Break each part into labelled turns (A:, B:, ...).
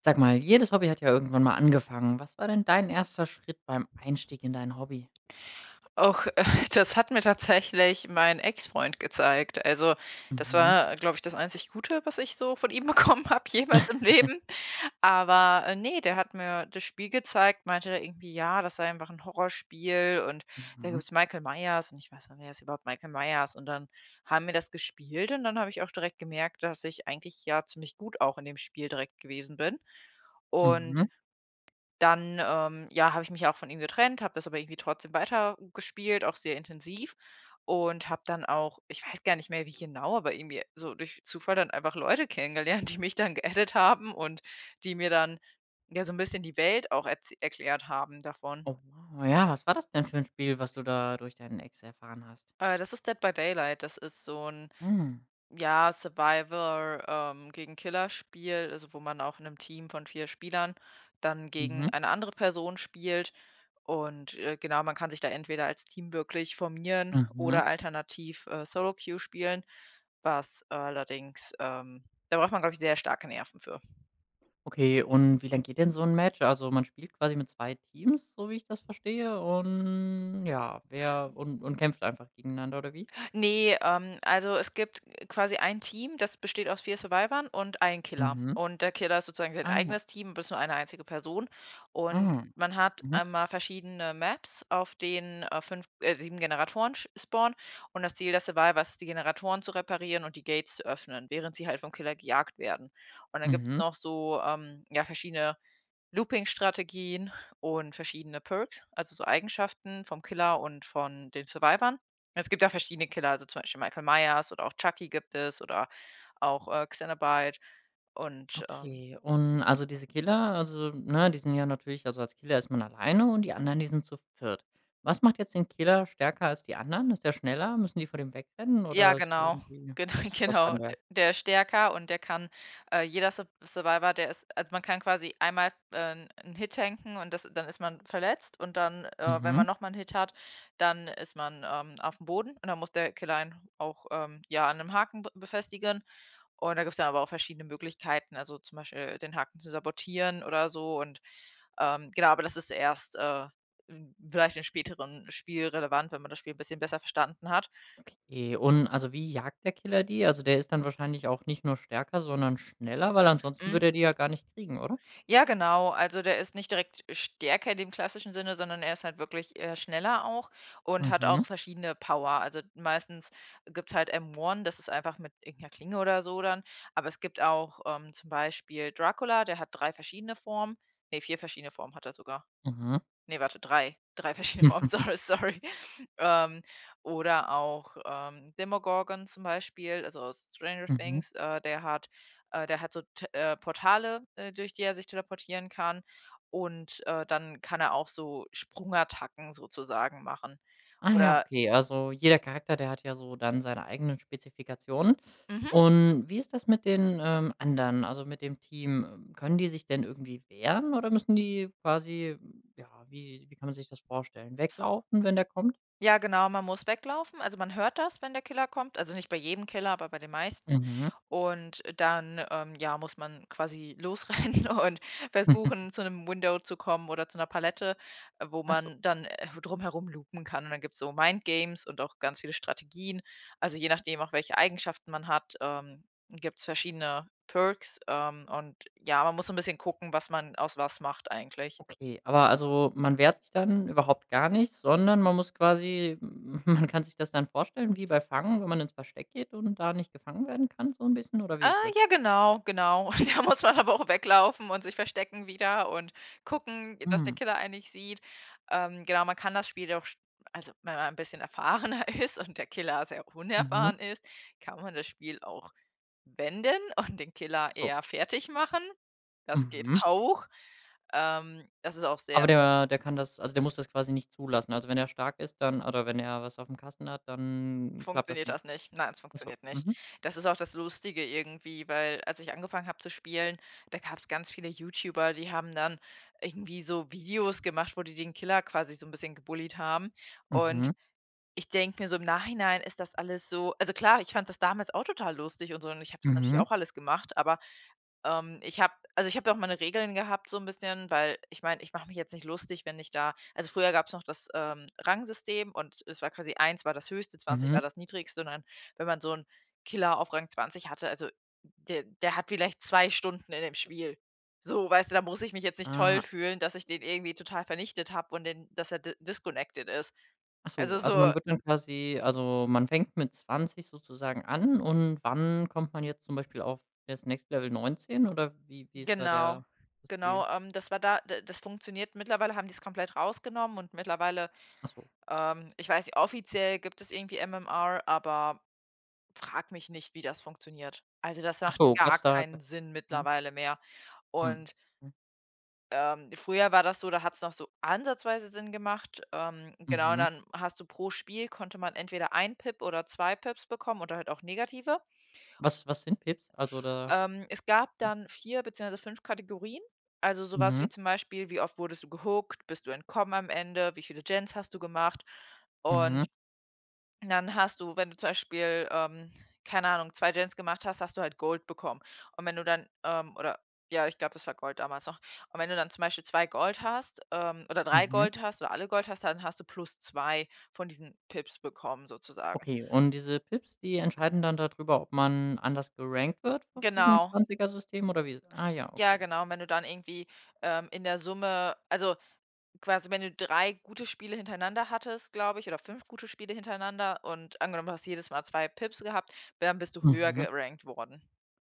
A: Sag mal, jedes Hobby hat ja irgendwann mal angefangen. Was war denn dein erster Schritt beim Einstieg in dein Hobby?
B: Auch das hat mir tatsächlich mein Ex-Freund gezeigt. Also, das
A: Mhm.
B: war, glaube ich, das einzig Gute, was ich so von ihm bekommen habe jemals im Leben. Aber, der hat mir das Spiel gezeigt, meinte da irgendwie, ja, das sei einfach ein Horrorspiel und da
A: Mhm.
B: gibt's Michael Myers und ich weiß nicht: „Wer ist überhaupt Michael Myers?“ Und dann haben wir das gespielt und dann habe ich auch direkt gemerkt, dass ich eigentlich ja ziemlich gut auch in dem Spiel direkt gewesen bin. Und
A: Mhm.
B: dann, ja, habe ich mich auch von ihm getrennt, habe das aber irgendwie trotzdem weitergespielt, auch sehr intensiv und habe dann auch, ich weiß gar nicht mehr wie genau, aber irgendwie so durch Zufall dann einfach Leute kennengelernt, die mich dann geaddet haben und die mir dann, ja, so ein bisschen die Welt auch erz erklärt haben davon.
A: Oh, wow. Ja, was war das denn für ein Spiel, was du da durch deinen Ex erfahren hast?
B: Das ist Dead by Daylight. Das ist so ein,
A: Hm.
B: ja, Survivor, gegen Killer spielt, also, wo man auch in einem Team von 4 Spielern dann gegen
A: Mhm.
B: eine andere Person spielt. Und, genau, man kann sich da entweder als Team wirklich formieren
A: Mhm.
B: oder alternativ, Solo-Queue spielen, was allerdings da braucht man, glaube ich, sehr starke Nerven für.
A: Okay, und wie lang geht denn so ein Match? Also, man spielt quasi mit 2 Teams, so wie ich das verstehe, und ja, wer und kämpft einfach gegeneinander oder wie?
B: Nee, also es gibt quasi ein Team, das besteht aus 4 Survivern und ein Killer.
A: Mhm.
B: Und der Killer ist sozusagen sein
A: Ah ja.
B: eigenes Team, aber nur eine einzige Person. Und
A: Ah.
B: man hat
A: Mhm.
B: einmal verschiedene Maps, auf denen, 5 7 Generatoren sch spawnen. Und das Ziel der Survivor ist, die Generatoren zu reparieren und die Gates zu öffnen, während sie halt vom Killer gejagt werden. Und dann gibt es
A: Mhm.
B: noch so, ja, verschiedene Looping-Strategien und verschiedene Perks, also so Eigenschaften vom Killer und von den Survivern. Es gibt ja verschiedene Killer, also zum Beispiel Michael Myers oder auch Chucky gibt es oder auch, Xenobite und.
A: Okay, und also diese Killer, also, ne, die sind ja natürlich, also als Killer ist man alleine und die anderen, die sind zu viert. Was macht jetzt den Killer stärker als die anderen? Ist der schneller? Müssen die vor dem wegrennen
B: Ja,
A: oder ist der
B: genau.
A: irgendwie,
B: Gen
A: was was kann
B: genau. D
A: der?
B: Der ist stärker und der kann jeder Survivor, der ist, also, man kann quasi einmal, 'n Hit tanken und das, dann ist man verletzt und dann, wenn
A: Mhm,
B: man nochmal einen Hit hat, dann ist man, auf dem Boden und dann muss der Killer einen auch, ja, an 'nem Haken b befestigen. Und da gibt's dann aber auch verschiedene Möglichkeiten, also, zum Beispiel den Haken zu sabotieren oder so und, genau, aber das ist erst, vielleicht im späteren Spiel relevant, wenn man das Spiel ein bisschen besser verstanden hat.
A: okay. Und also wie jagt der Killer die? Also, der ist dann wahrscheinlich auch nicht nur stärker, sondern schneller, weil ansonsten
B: Hm,
A: würde er die ja gar nicht kriegen, oder?
B: ja, genau. Also, der ist nicht direkt stärker in dem klassischen Sinne, sondern er ist halt wirklich eher schneller auch und hat
A: Mhm,
B: auch verschiedene Power. Also, meistens gibt's halt M1, das ist einfach mit irgendeiner Klinge oder so dann. Aber es gibt auch, zum Beispiel Dracula, der hat 3 verschiedene Formen. Ne, 4 verschiedene Formen hat er sogar.
A: mhm.
B: Ne, warte, 3, 3 verschiedene sorry. Sorry. Ähm, oder auch, Demogorgon zum Beispiel, also aus Stranger
A: Mhm.
B: Things, äh, der hat der hat so T Portale, durch die er sich teleportieren kann und, dann kann er auch so Sprungattacken sozusagen machen.
A: Ah ja,
B: Oder
A: okay. Also jeder Charakter, der hat ja so dann seine eigenen Spezifikationen.
B: mhm.
A: Und wie ist das mit den anderen, also mit dem Team? Können die sich denn irgendwie wehren oder müssen die quasi, ja, wie kann man sich das vorstellen? Weglaufen, wenn der kommt?
B: Ja, genau, man muss weglaufen. Also, man hört das, wenn der Killer kommt. Also, nicht bei jedem Killer, aber bei den meisten.
A: Mhm.
B: Und dann, ja, muss man quasi losrennen und versuchen, zu einem Window zu kommen oder zu einer Palette, wo
A: Ach so,
B: man dann, drumherum loopen kann. Und dann gibt's so Mindgames und auch ganz viele Strategien. Also, je nachdem, auch welche Eigenschaften man hat, gibt's verschiedene Perks. Und ja, man muss so 'n bisschen gucken, was man aus, was macht eigentlich.
A: okay. Aber also man wehrt sich dann überhaupt gar nicht, sondern man muss quasi, man kann sich das dann vorstellen, wie bei Fangen, wenn man ins Versteck geht und da nicht gefangen werden kann, so ein bisschen, oder wie ist das?
B: Ja, genau, genau. Da
A: Ach
B: muss
A: so.
B: man aber auch weglaufen und sich verstecken wieder und gucken, dass der
A: Mhm.
B: Killer einen nicht sieht. Genau, man kann das Spiel auch sch also, wenn man ein bisschen erfahrener ist und der Killer sehr
A: Mhm.
B: unerfahren ist, kann man das Spiel auch wenden und den
A: Ach
B: Killer
A: so.
B: eher fertig machen. Das geht
A: Mhm.
B: auch. Das ist auch
A: Aber
B: sehr
A: der kann das, also, der muss das quasi nicht zulassen. Also, wenn er stark ist, dann, oder wenn er was auf dem Kasten hat, dann klappt das
B: Funktioniert
A: nicht.
B: das nicht. Nein, es
A: Ach so.
B: funktioniert nicht.
A: Mhm.
B: Das ist auch das Lustige irgendwie, weil als ich angefangen habe zu spielen, da gab es ganz viele YouTuber, die haben dann irgendwie so Videos gemacht, wo die den Killer quasi so ein bisschen gebullied haben. Und
A: Mhm.
B: ich denke mir so im Nachhinein ist das alles so, also klar, ich fand das damals auch total lustig und so und ich habe das natürlich
A: Mhm.
B: auch alles gemacht, aber ich habe also, ich habe ja auch meine Regeln gehabt so ein bisschen, weil ich meine, ich mache mich jetzt nicht lustig, wenn ich da, also, früher gab es noch das, Rangsystem und es war quasi eins war das Höchste, zwanzig
A: Mhm.
B: war das Niedrigste und dann, wenn man so einen Killer auf Rang 20 hatte, also, der hat vielleicht 2 Stunden in dem Spiel. So, weißt du, da muss ich mich jetzt nicht toll
A: Ah.
B: fühlen, dass ich den irgendwie total vernichtet habe und den dass er di disconnected ist.
A: Ach so,
B: Also,
A: also,
B: so
A: man wird dann quasi, also, man fängt mit 20 sozusagen an, und wann kommt man jetzt zum Beispiel auf das Next Level 19? Oder wie ist da
B: genau,
A: der das Ziel?
B: genau, das war da d das funktioniert, mittlerweile haben die es komplett rausgenommen und mittlerweile
A: Ach so.
B: Ich weiß nicht, offiziell gibt es irgendwie MMR, aber frag mich nicht, wie das funktioniert. Also, das macht
A: So,
B: gar
A: gab's da gab
B: keinen Sinn
A: ja.
B: mittlerweile mehr.
A: Mhm.
B: Und,
A: Mhm.
B: früher war das so, da hat es noch so ansatzweise Sinn gemacht. Genau, und
A: Mhm.
B: dann hast du, pro Spiel konnte man entweder ein Pip oder 2 Pips bekommen oder halt auch negative.
A: Was sind Pips? Also, da
B: Es gab dann 4 beziehungsweise 5 Kategorien. Also, sowas wie
A: mhm.
B: zum Beispiel: Wie oft wurdest du gehookt? Bist du entkommen am Ende? Wie viele Gens hast du gemacht?
A: Mhm.
B: Und dann hast du, wenn du zum Beispiel, keine Ahnung, 2 Gens gemacht hast, hast du halt Gold bekommen. Und wenn du dann, oder ja, ich glaube, das war Gold damals noch. Und wenn du dann zum Beispiel 2 Gold hast, oder drei
A: Mhm.
B: Gold hast oder alle Gold hast, dann hast du plus zwei von diesen Pips bekommen sozusagen.
A: Okay, und diese Pips, die entscheiden dann darüber, ob man anders gerankt wird auf diesem
B: Genau.
A: 20er-System oder wie? Ah ja,
B: Ja,
A: okay.
B: genau. Und wenn du dann irgendwie, in der Summe, also quasi, wenn du 3 gute Spiele hintereinander hattest, glaube ich, oder 5 gute Spiele hintereinander und angenommen, du hast jedes Mal 2 Pips gehabt, dann bist du höher
A: Mhm.
B: gerankt worden.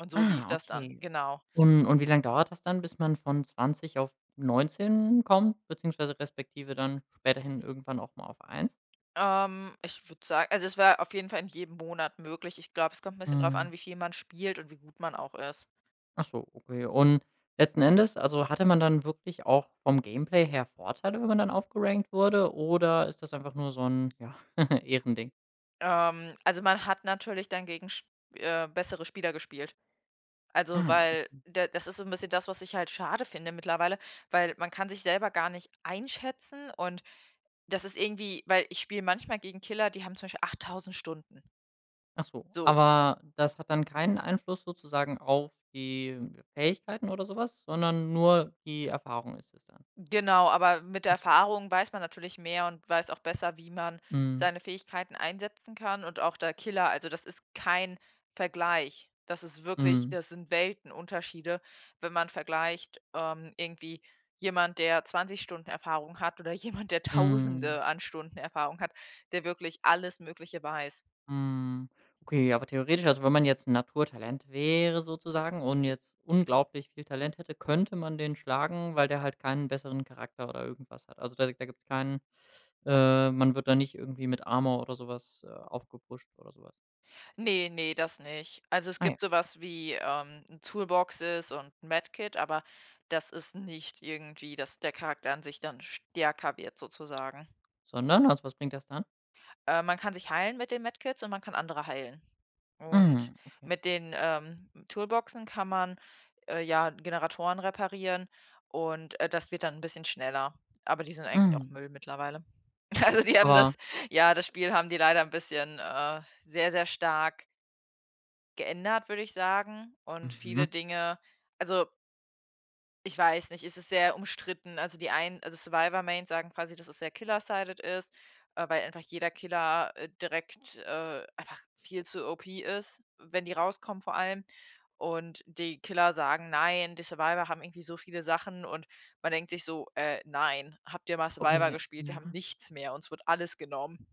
B: Und so lief
A: Ah,
B: das dann,
A: okay.
B: genau.
A: Und wie lange dauert das dann, bis man von 20 auf 19 kommt, beziehungsweise respektive dann späterhin irgendwann auch mal auf 1?
B: Ich würde sagen, also, es war auf jeden Fall in jedem Monat möglich. Ich glaube, es kommt ein bisschen drauf
A: Mhm.
B: an, wie viel man spielt und wie gut man auch ist.
A: Ach so, okay. Und letzten Endes, also hatte man dann wirklich auch vom Gameplay her Vorteile, wenn man dann aufgerankt wurde, oder ist das einfach nur so ein, ja, Ehrending?
B: Also, man hat natürlich dann gegen sch bessere Spieler gespielt. Also,
A: Ah,
B: weil
A: okay.
B: da, das ist so ein bisschen das, was ich halt schade finde mittlerweile, weil man kann sich selber gar nicht einschätzen und das ist irgendwie, weil ich spiele manchmal gegen Killer, die haben zum Beispiel 8.000 Stunden.
A: Ach so,
B: So,
A: aber das hat dann keinen Einfluss sozusagen auf die Fähigkeiten oder sowas, sondern nur die Erfahrung ist es dann?
B: genau, aber mit der
A: Ach so.
B: Erfahrung weiß man natürlich mehr und weiß auch besser, wie man
A: Mhm.
B: seine Fähigkeiten einsetzen kann, und auch der Killer, also das ist kein Vergleich. Das ist wirklich,
A: Mhm.
B: das sind Weltenunterschiede, wenn man vergleicht, irgendwie jemand, der 20 Stunden Erfahrung hat oder jemand, der
A: Mhm.
B: Tausende an Stunden Erfahrung hat, der wirklich alles Mögliche weiß.
A: Mhm. Okay, aber theoretisch, also, wenn man jetzt 'n Naturtalent wäre sozusagen und jetzt unglaublich viel Talent hätte, könnte man den schlagen, weil der halt keinen besseren Charakter oder irgendwas hat. Also, da gibt's keinen man wird da nicht irgendwie mit Armor oder sowas aufgepusht oder sowas. Was.
B: Ne, ne, das nicht. Also, es
A: Ah ja.
B: gibt so was wie, Toolboxes und ein Medkit, aber das ist nicht irgendwie, dass der Charakter an sich dann stärker wird sozusagen.
A: Sondern, also, was bringt das dann?
B: Man kann sich heilen mit den Medkits und man kann andere heilen. Und
A: Mhm, okay.
B: mit den, Toolboxen kann man, ja, Generatoren reparieren und, das wird dann ein bisschen schneller. Aber die sind eigentlich auch
A: Mhm.
B: Müll mittlerweile.
A: Ach
B: Also,
A: so.
B: die haben
A: Aber
B: das, ja, das Spiel haben die leider ein bisschen, sehr, sehr stark geändert, würde ich sagen, und
A: mhm.
B: viele Dinge also, ich weiß nicht, es ist sehr umstritten. Also, die einen, also, Survivor-Mains sagen quasi, dass es sehr Killer-sided ist, weil einfach jeder Killer, direkt einfach viel zu OP ist, wenn die rauskommen vor allem. Und die Killer sagen: „Nein, die Survivor haben irgendwie so viele Sachen“ und man denkt sich so: Nein, habt ihr mal
A: Okay,
B: Survivor
A: ja.
B: gespielt? Wir haben nichts mehr, uns wird alles genommen.“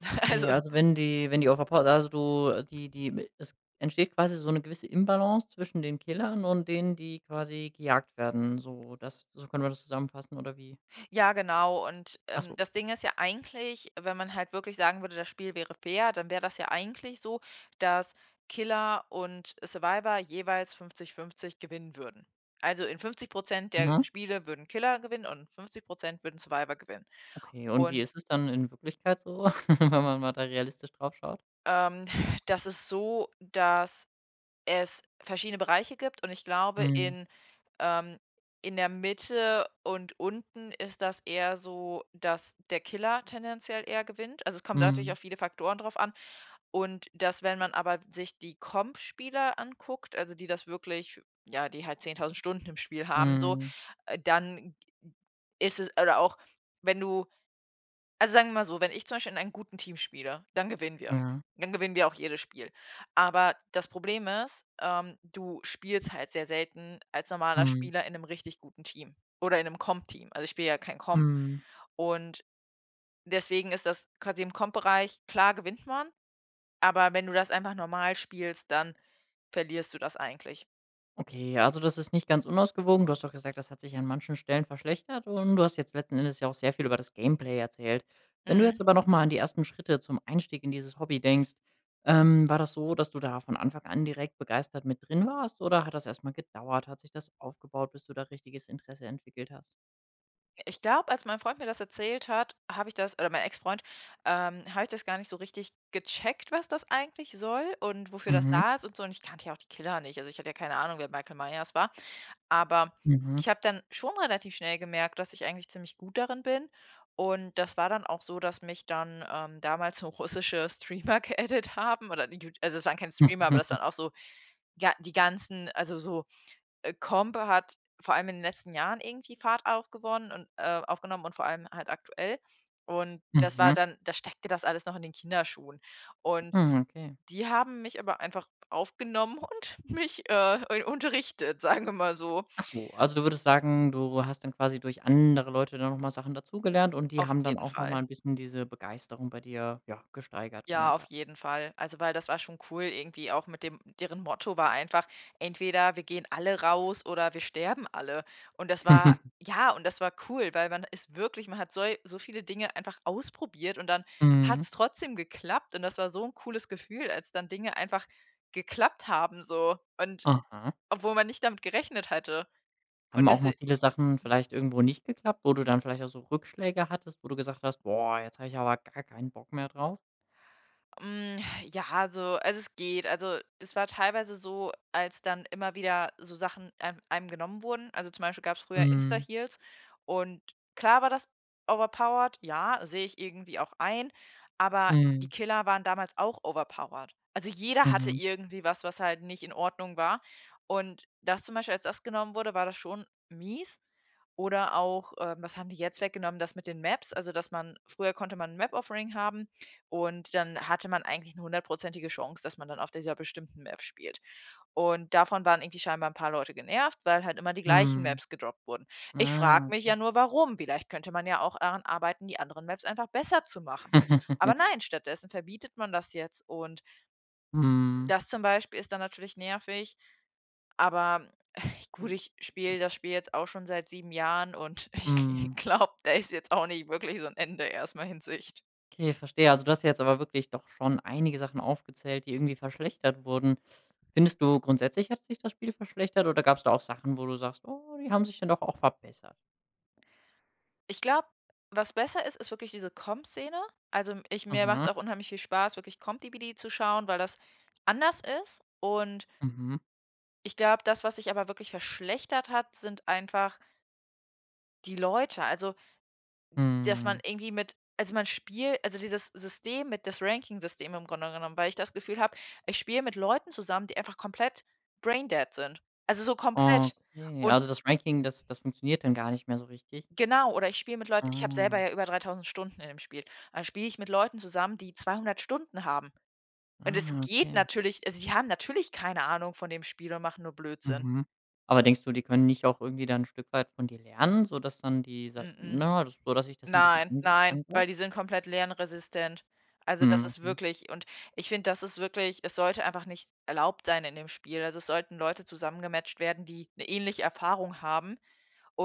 A: Okay,
B: Also,
A: also wenn die auf der Pau, also du, die es entsteht quasi so 'ne gewisse Imbalance zwischen den Killern und denen, die quasi gejagt werden, so das, so können wir das zusammenfassen, oder wie?
B: ja, genau. Und,
A: Ach so.
B: das Ding ist ja eigentlich, wenn man halt wirklich sagen würde, das Spiel wäre fair, dann wäre das ja eigentlich so, dass Killer und Survivor jeweils 50:50 gewinnen würden. Also, in 50 der
A: Mhm.
B: Spiele würden Killer gewinnen und 50 würden Survivor gewinnen.
A: Okay, und wie
B: Und,
A: ist es dann in Wirklichkeit so, wenn man mal da realistisch drauf schaut?
B: ähm, das ist so, dass es verschiedene Bereiche gibt und ich glaube,
A: Mhm.
B: ähm in der Mitte und unten ist das eher so, dass der Killer tendenziell eher gewinnt. Also, es kommt natürlich
A: Mhm.
B: auf viele Faktoren drauf an und wenn man aber sich die Comp-Spieler anguckt, also die das wirklich ja, die halt 10.000 Stunden im Spiel haben so,
A: Mhm.
B: dann ist es oder auch wenn du also, sagen wir mal so, wenn ich zum Beispiel in einem guten Team spiele, dann gewinnen wir.
A: Ja.
B: Dann gewinnen wir auch jedes Spiel. Aber das Problem ist, du spielst halt sehr selten als normaler
A: Mhm.
B: Spieler in einem richtig guten Team oder in einem Comp-Team. Also, ich spiele ja kein Comp.
A: Mhm.
B: Und deswegen ist das quasi im Comp-Bereich klar gewinnt man, aber wenn du das einfach normal spielst, dann verlierst du das eigentlich.
A: Okay, ja, also das ist nicht ganz unausgewogen. Du hast doch gesagt, das hat sich an manchen Stellen verschlechtert, und du hast jetzt letzten Endes ja auch sehr viel über das Gameplay erzählt. Wenn du jetzt
B: Mhm.
A: aber nochmal an die ersten Schritte zum Einstieg in dieses Hobby denkst, war das so, dass du da von Anfang an direkt begeistert mit drin warst, oder hat das erstmal gedauert? Hat sich das aufgebaut, bis du da richtiges Interesse entwickelt hast?
B: Ich glaube, als mein Freund mir das erzählt hat, habe ich das oder mein Ex-Freund, habe ich das gar nicht so richtig gecheckt, was das eigentlich soll und wofür das
A: Mhm.
B: da ist und so. Und ich kannte ja auch die Killer nicht. Also ich hatte ja keine Ahnung, wer Michael Myers war. Aber
A: Mhm.
B: ich habe dann schon relativ schnell gemerkt, dass ich eigentlich ziemlich gut darin bin. Und das war dann auch so, dass mich dann damals so russische Streamer geaddet haben. Oder die, also es waren keine Streamer, aber das waren auch so die ganzen, also so Combe hat vor allem in den letzten Jahren irgendwie Fahrt aufgewonnen und aufgenommen und vor allem halt aktuell. Und das war
A: Mhm.
B: dann da steckte das alles noch in den Kinderschuhen. Und
A: Mhm. Okay.
B: die haben mich aber einfach aufgenommen und mich, unterrichtet, sagen wir mal so,
A: Ach so, also du würdest sagen, du hast dann quasi durch andere Leute dann nochmal mal Sachen dazugelernt, und die
B: auf
A: haben dann
B: jeden
A: auch nochmal
B: Fall.
A: ein bisschen diese Begeisterung bei dir, ja, gesteigert, kann man
B: Ja, auf
A: sagen.
B: jeden Fall. Also, weil das war schon cool irgendwie auch mit dem deren Motto war einfach: „Entweder wir gehen alle raus oder wir sterben alle.“ Und das war ja, und das war cool, weil man ist wirklich man hat so viele Dinge einfach ausprobiert und dann hat
A: Mhm.
B: es trotzdem geklappt und das war so ein cooles Gefühl, als dann Dinge einfach geklappt haben so und
A: Aha.
B: obwohl man nicht damit gerechnet hatte. Und
A: Haben auch mal
B: deswe
A: viele Sachen vielleicht irgendwo nicht geklappt, wo du dann vielleicht auch so Rückschläge hattest, wo du gesagt hast: „Boah, jetzt habe ich aber gar keinen Bock mehr drauf?“
B: Hm, ja, also es geht. Also, es war teilweise so, als dann immer wieder so Sachen einem genommen wurden. Also, zum Beispiel gab es früher
A: Mhm.
B: Insta-Heels und klar war das overpowered, ja, sehe ich irgendwie auch ein, aber die
A: Mhm.
B: Killer waren damals auch overpowered. Also, jeder hatte
A: Mhm.
B: irgendwie was, was halt nicht in Ordnung war. Und das zum Beispiel, als das genommen wurde, war das schon mies. Oder auch, was haben die jetzt weggenommen, das mit den Maps, also, dass man früher konnte man 'n Map-Offering haben und dann hatte man eigentlich eine hundertprozentige Chance, dass man dann auf dieser bestimmten Map spielt. Und davon waren irgendwie scheinbar ein paar Leute genervt, weil halt immer die gleichen
A: Mhm.
B: Maps gedroppt wurden. Ich frage
A: Ah.
B: mich ja nur, warum? Vielleicht könnte man ja auch daran arbeiten, die anderen Maps einfach besser zu machen. Aber nein, stattdessen verbietet man das jetzt und
A: Mhm.
B: das zum Beispiel ist dann natürlich nervig, aber gut, ich spiele das Spiel jetzt auch schon seit 7 Jahren und ich
A: Mhm.
B: glaube, da ist jetzt auch nicht wirklich so ein Ende erstmal in Sicht.
A: Okay, verstehe. Also, du hast ja jetzt aber wirklich doch schon einige Sachen aufgezählt, die irgendwie verschlechtert wurden. Findest du, grundsätzlich hat sich das Spiel verschlechtert, oder gab es da auch Sachen, wo du sagst: „Oh, die haben sich dann doch auch verbessert?“
B: Ich glaube, was besser ist, ist wirklich diese Comp-Szene. Also, ich mir macht
A: Mhm,
B: es auch unheimlich viel Spaß, wirklich ComDeBD zu schauen, weil das anders ist. Und
A: mhm,
B: ich glaube, das, was sich aber wirklich verschlechtert hat, sind einfach die Leute. Also, dass man
A: hm.
B: irgendwie mit also, man spielt also, dieses System mit das Ranking-System im Grunde genommen, weil ich das Gefühl habe, ich spiele mit Leuten zusammen, die einfach komplett braindead sind. Also, so komplett.
A: Okay, also das Ranking, das funktioniert dann gar nicht mehr so richtig?
B: Genau, oder ich spiele mit Leuten ich habe
A: Ah,
B: selber ja über 3.000 Stunden in dem Spiel. Dann spiele ich mit Leuten zusammen, die 200 Stunden haben. Und es
A: ah,
B: geht
A: okay.
B: natürlich also, die haben natürlich keine Ahnung von dem Spiel und machen nur Blödsinn.
A: Mhm. Aber denkst du, die können nicht auch irgendwie dann ein Stück weit von dir lernen, sodass dann die sa
B: Mm-mm.
A: na, das, sodass sich das ein bisschen
B: Nein, nein, weil
A: angleicht?
B: die sind komplett lernresistent. Also, das ist
A: Mhm.
B: wirklich und ich finde, das ist wirklich es sollte einfach nicht erlaubt sein in dem Spiel. Also, es sollten Leute zusammengematcht werden, die eine ähnliche Erfahrung haben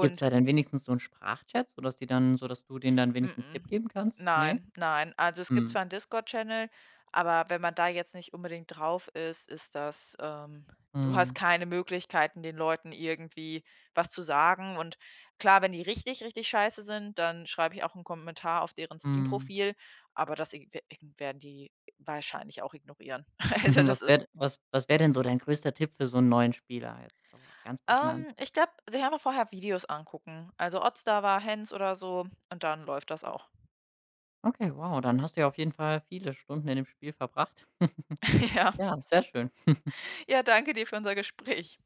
A: Gibt's da denn wenigstens so 'n Sprachchat, sodass die dann, sodass du denen dann wenigstens Tipp
B: Mm-mm.
A: geben kannst? Ne?
B: Nein, nein. Also, es gibt
A: Mhm.
B: zwar 'n Discord-Channel, aber wenn man da jetzt nicht unbedingt drauf ist, ist das du hast
A: Mhm.
B: keine Möglichkeiten, den Leuten irgendwie was zu sagen. Und klar, wenn die richtig, richtig scheiße sind, dann schreibe ich auch einen Kommentar auf deren
A: Mhm.
B: Steam-Profil, aber das ig we ig werden die wahrscheinlich auch ignorieren. Also, das
A: Was
B: ist
A: wäre was was wäre denn so dein größter Tipp für so 'n neuen Spieler jetzt so ganz prägnant?
B: ich glaube, sich einfach vorher Videos angucken. Also, Oddstar war Hens oder so und dann läuft das auch.
A: Okay, wow, dann hast du ja auf jeden Fall viele Stunden in dem Spiel verbracht.
B: Ja.
A: Ja, sehr schön.
B: Ja, danke dir für unser Gespräch.